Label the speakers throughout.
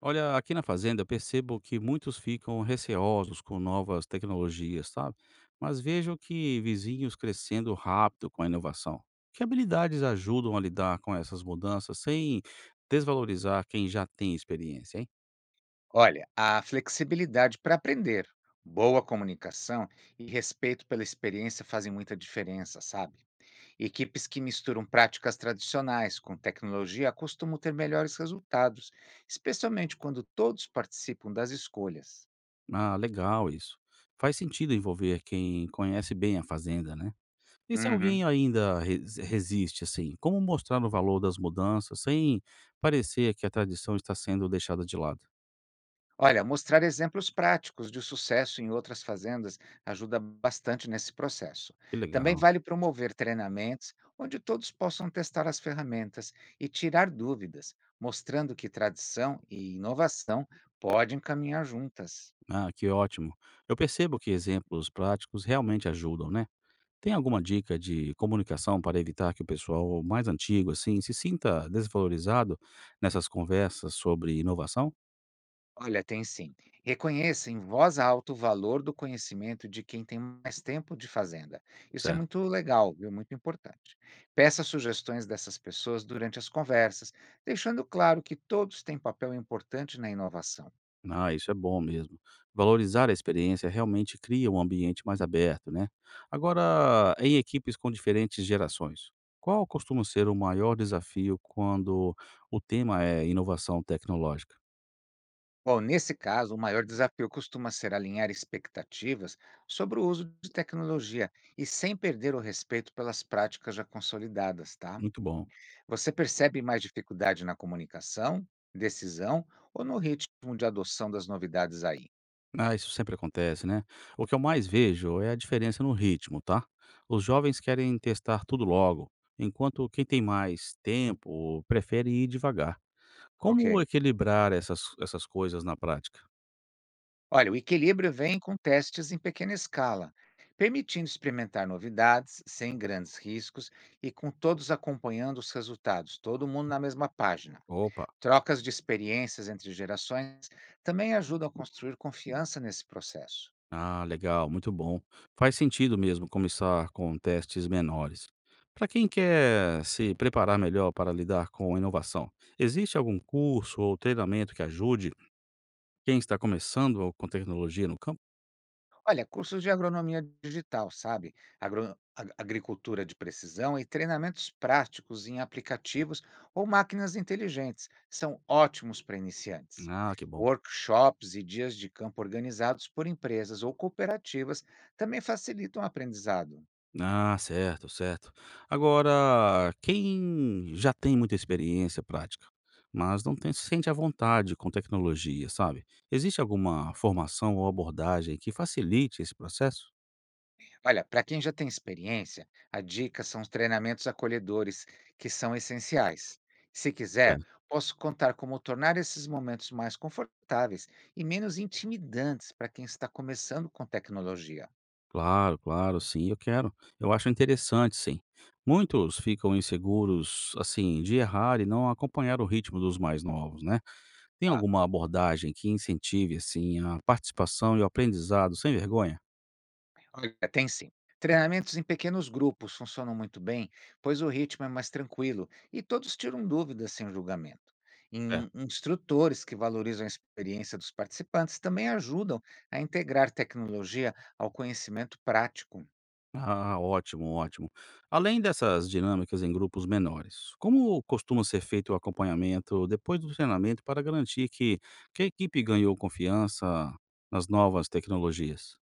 Speaker 1: Olha, aqui na fazenda eu percebo que muitos ficam receosos com novas tecnologias, sabe? Mas vejo que vizinhos crescendo rápido com a inovação. Que habilidades ajudam a lidar com essas mudanças sem desvalorizar quem já tem experiência, hein?
Speaker 2: Olha, a flexibilidade para aprender, boa comunicação e respeito pela experiência fazem muita diferença, sabe? Equipes que misturam práticas tradicionais com tecnologia costumam ter melhores resultados, especialmente quando todos participam das escolhas.
Speaker 1: Ah, legal isso. Faz sentido envolver quem conhece bem a fazenda, né? E se
Speaker 2: Uhum.
Speaker 1: alguém ainda resiste, assim, como mostrar o valor das mudanças sem parecer que a tradição está sendo deixada de lado?
Speaker 2: Olha, mostrar exemplos práticos de sucesso em outras fazendas ajuda bastante nesse processo.
Speaker 1: Que
Speaker 2: Também
Speaker 1: legal.
Speaker 2: vale promover treinamentos onde todos possam testar as ferramentas e tirar dúvidas, mostrando que tradição e inovação podem caminhar juntas.
Speaker 1: Ah, que ótimo. Eu percebo que exemplos práticos realmente ajudam, né? Tem alguma dica de comunicação para evitar que o pessoal mais antigo, assim, se sinta desvalorizado nessas conversas sobre inovação?
Speaker 2: Olha, tem sim. Reconheça em voz alta o valor do conhecimento de quem tem mais tempo de fazenda. Isso é
Speaker 1: Certo.
Speaker 2: muito legal, viu? Muito importante. Peça sugestões dessas pessoas durante as conversas, deixando claro que todos têm papel importante na inovação.
Speaker 1: Ah, isso é bom mesmo. Valorizar a experiência realmente cria um ambiente mais aberto, né? Agora, em equipes com diferentes gerações, qual costuma ser o maior desafio quando o tema é inovação tecnológica?
Speaker 2: Bom, nesse caso, o maior desafio costuma ser alinhar expectativas sobre o uso de tecnologia e sem perder o respeito pelas práticas já consolidadas, tá?
Speaker 1: Muito bom.
Speaker 2: Você percebe mais dificuldade na comunicação, decisão ou no ritmo de adoção das novidades aí?
Speaker 1: Ah, isso sempre acontece, né? O que eu mais vejo é a diferença no ritmo, tá? Os jovens querem testar tudo logo, enquanto quem tem mais tempo prefere ir devagar. Como
Speaker 2: Ok.
Speaker 1: equilibrar essas coisas na prática?
Speaker 2: Olha, o equilíbrio vem com testes em pequena escala, permitindo experimentar novidades sem grandes riscos e com todos acompanhando os resultados, todo mundo na mesma página.
Speaker 1: Opa,
Speaker 2: Trocas de experiências entre gerações também ajudam a construir confiança nesse processo.
Speaker 1: ah, legal, muito bom. Faz sentido mesmo começar com testes menores. Para quem quer se preparar melhor para lidar com inovação, existe algum curso ou treinamento que ajude quem está começando com tecnologia no campo?
Speaker 2: Olha, cursos de agronomia digital, sabe? Agricultura de precisão e treinamentos práticos em aplicativos ou máquinas inteligentes são ótimos para iniciantes.
Speaker 1: Ah, que bom.
Speaker 2: Workshops e dias de campo organizados por empresas ou cooperativas também facilitam o aprendizado.
Speaker 1: Ah, certo, certo. Agora, quem já tem muita experiência prática, mas se sente à vontade com tecnologia, sabe? Existe alguma formação ou abordagem que facilite esse processo?
Speaker 2: Olha, para quem já tem experiência, a dica são os treinamentos acolhedores, que são essenciais. Se quiser,
Speaker 1: É.
Speaker 2: posso contar como tornar esses momentos mais confortáveis e menos intimidantes para quem está começando com tecnologia.
Speaker 1: Claro, claro, sim, eu quero. Eu acho interessante, sim. Muitos ficam inseguros, assim, de errar e não acompanhar o ritmo dos mais novos, né? Tem alguma abordagem que incentive, assim, a participação e o aprendizado sem vergonha?
Speaker 2: Olha, tem sim. Treinamentos em pequenos grupos funcionam muito bem, pois o ritmo é mais tranquilo e todos tiram dúvidas sem julgamento. Instrutores que valorizam a experiência dos participantes também ajudam a integrar tecnologia ao conhecimento prático.
Speaker 1: Ah, ótimo, ótimo. Além dessas dinâmicas em grupos menores, como costuma ser feito o acompanhamento depois do treinamento para garantir que a equipe ganhou confiança nas novas tecnologias?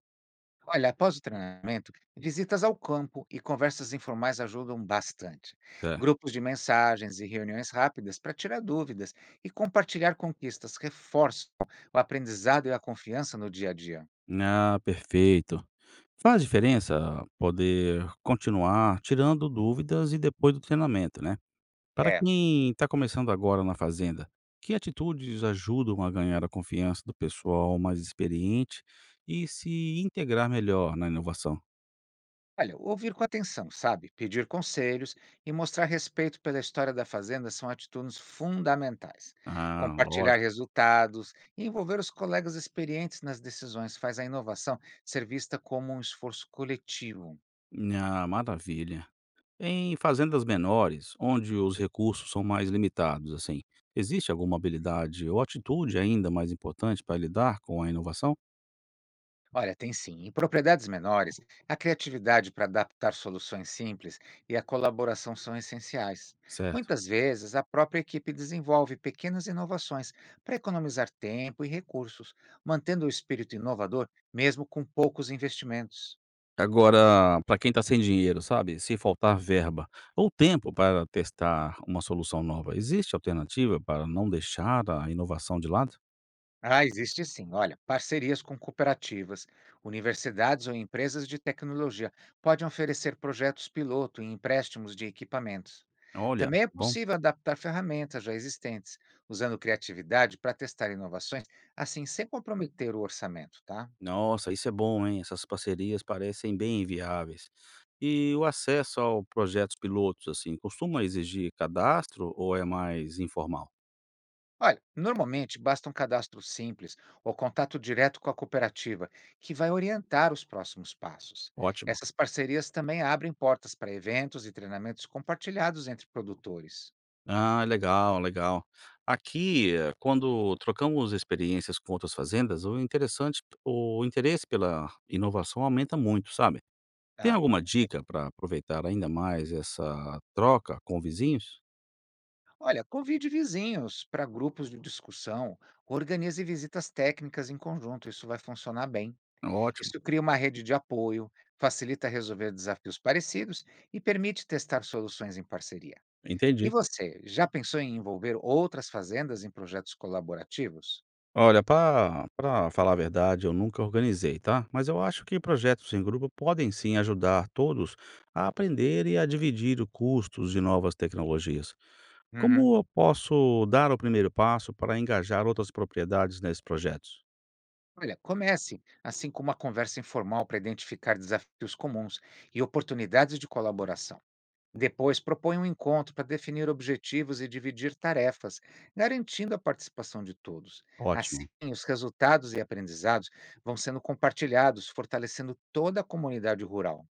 Speaker 2: Olha, após o treinamento, visitas ao campo e conversas informais ajudam bastante.
Speaker 1: É.
Speaker 2: Grupos de mensagens e reuniões rápidas para tirar dúvidas e compartilhar conquistas reforçam o aprendizado e a confiança no dia a dia.
Speaker 1: Ah, perfeito. Faz diferença poder continuar tirando dúvidas e depois do treinamento, né? Para
Speaker 2: É.
Speaker 1: quem está começando agora na fazenda, que atitudes ajudam a ganhar a confiança do pessoal mais experiente e se integrar melhor na inovação?
Speaker 2: Olha, ouvir com atenção, sabe? Pedir conselhos e mostrar respeito pela história da fazenda são atitudes fundamentais.
Speaker 1: Ah,
Speaker 2: Compartilhar
Speaker 1: lógico.
Speaker 2: resultados e envolver os colegas experientes nas decisões faz a inovação ser vista como um esforço coletivo.
Speaker 1: Ah, maravilha. Em fazendas menores, onde os recursos são mais limitados, assim, existe alguma habilidade ou atitude ainda mais importante para lidar com a inovação?
Speaker 2: Olha, tem sim. Em propriedades menores, a criatividade para adaptar soluções simples e a colaboração são essenciais.
Speaker 1: Certo.
Speaker 2: Muitas vezes, a própria equipe desenvolve pequenas inovações para economizar tempo e recursos, mantendo o espírito inovador mesmo com poucos investimentos.
Speaker 1: Agora, para quem está sem dinheiro, sabe, se faltar verba ou tempo para testar uma solução nova, existe alternativa para não deixar a inovação de lado?
Speaker 2: Ah, existe sim. Olha, parcerias com cooperativas, universidades ou empresas de tecnologia podem oferecer projetos piloto e empréstimos de equipamentos.
Speaker 1: Olha,
Speaker 2: Também é
Speaker 1: bom.
Speaker 2: possível adaptar ferramentas já existentes, usando criatividade para testar inovações, assim sem comprometer o orçamento, tá?
Speaker 1: Nossa, isso é bom, hein? Essas parcerias parecem bem viáveis. E o acesso ao projetos pilotos, assim, costuma exigir cadastro ou é mais informal?
Speaker 2: Olha, normalmente basta um cadastro simples ou contato direto com a cooperativa, que vai orientar os próximos passos.
Speaker 1: Ótimo.
Speaker 2: Essas parcerias também abrem portas para eventos e treinamentos compartilhados entre produtores.
Speaker 1: Ah, legal, legal. Aqui, quando trocamos experiências com outras fazendas, o interessante, o interesse pela inovação aumenta muito, sabe? Tem
Speaker 2: Tá,
Speaker 1: alguma
Speaker 2: ok.
Speaker 1: dica para aproveitar ainda mais essa troca com vizinhos?
Speaker 2: Olha, convide vizinhos para grupos de discussão, organize visitas técnicas em conjunto, isso vai funcionar bem.
Speaker 1: Ótimo,
Speaker 2: Isso cria uma rede de apoio, facilita resolver desafios parecidos e permite testar soluções em parceria. E
Speaker 1: entendi.
Speaker 2: você, já pensou em envolver outras fazendas em projetos colaborativos?
Speaker 1: Olha, para falar a verdade, eu nunca organizei, tá? Mas eu acho que projetos em grupo podem sim ajudar todos a aprender e a dividir os custos de novas tecnologias. Como
Speaker 2: Uhum.
Speaker 1: eu posso dar o primeiro passo para engajar outras propriedades nesses projetos?
Speaker 2: Olha, comece assim com uma conversa informal para identificar desafios comuns e oportunidades de colaboração. Depois, propõe um encontro para definir objetivos e dividir tarefas, garantindo a participação de todos. Assim,
Speaker 1: Ótimo.
Speaker 2: os resultados e aprendizados vão sendo compartilhados, fortalecendo toda a comunidade rural.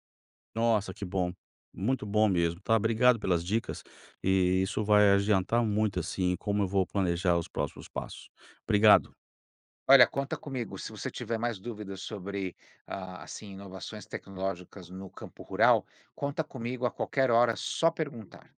Speaker 1: Nossa, que bom. Muito bom mesmo, tá? Obrigado pelas dicas e isso vai adiantar muito, assim, como eu vou planejar os próximos passos. Obrigado.
Speaker 2: Olha, conta comigo. Se você tiver mais dúvidas sobre assim inovações tecnológicas no campo rural, conta comigo a qualquer hora, só perguntar.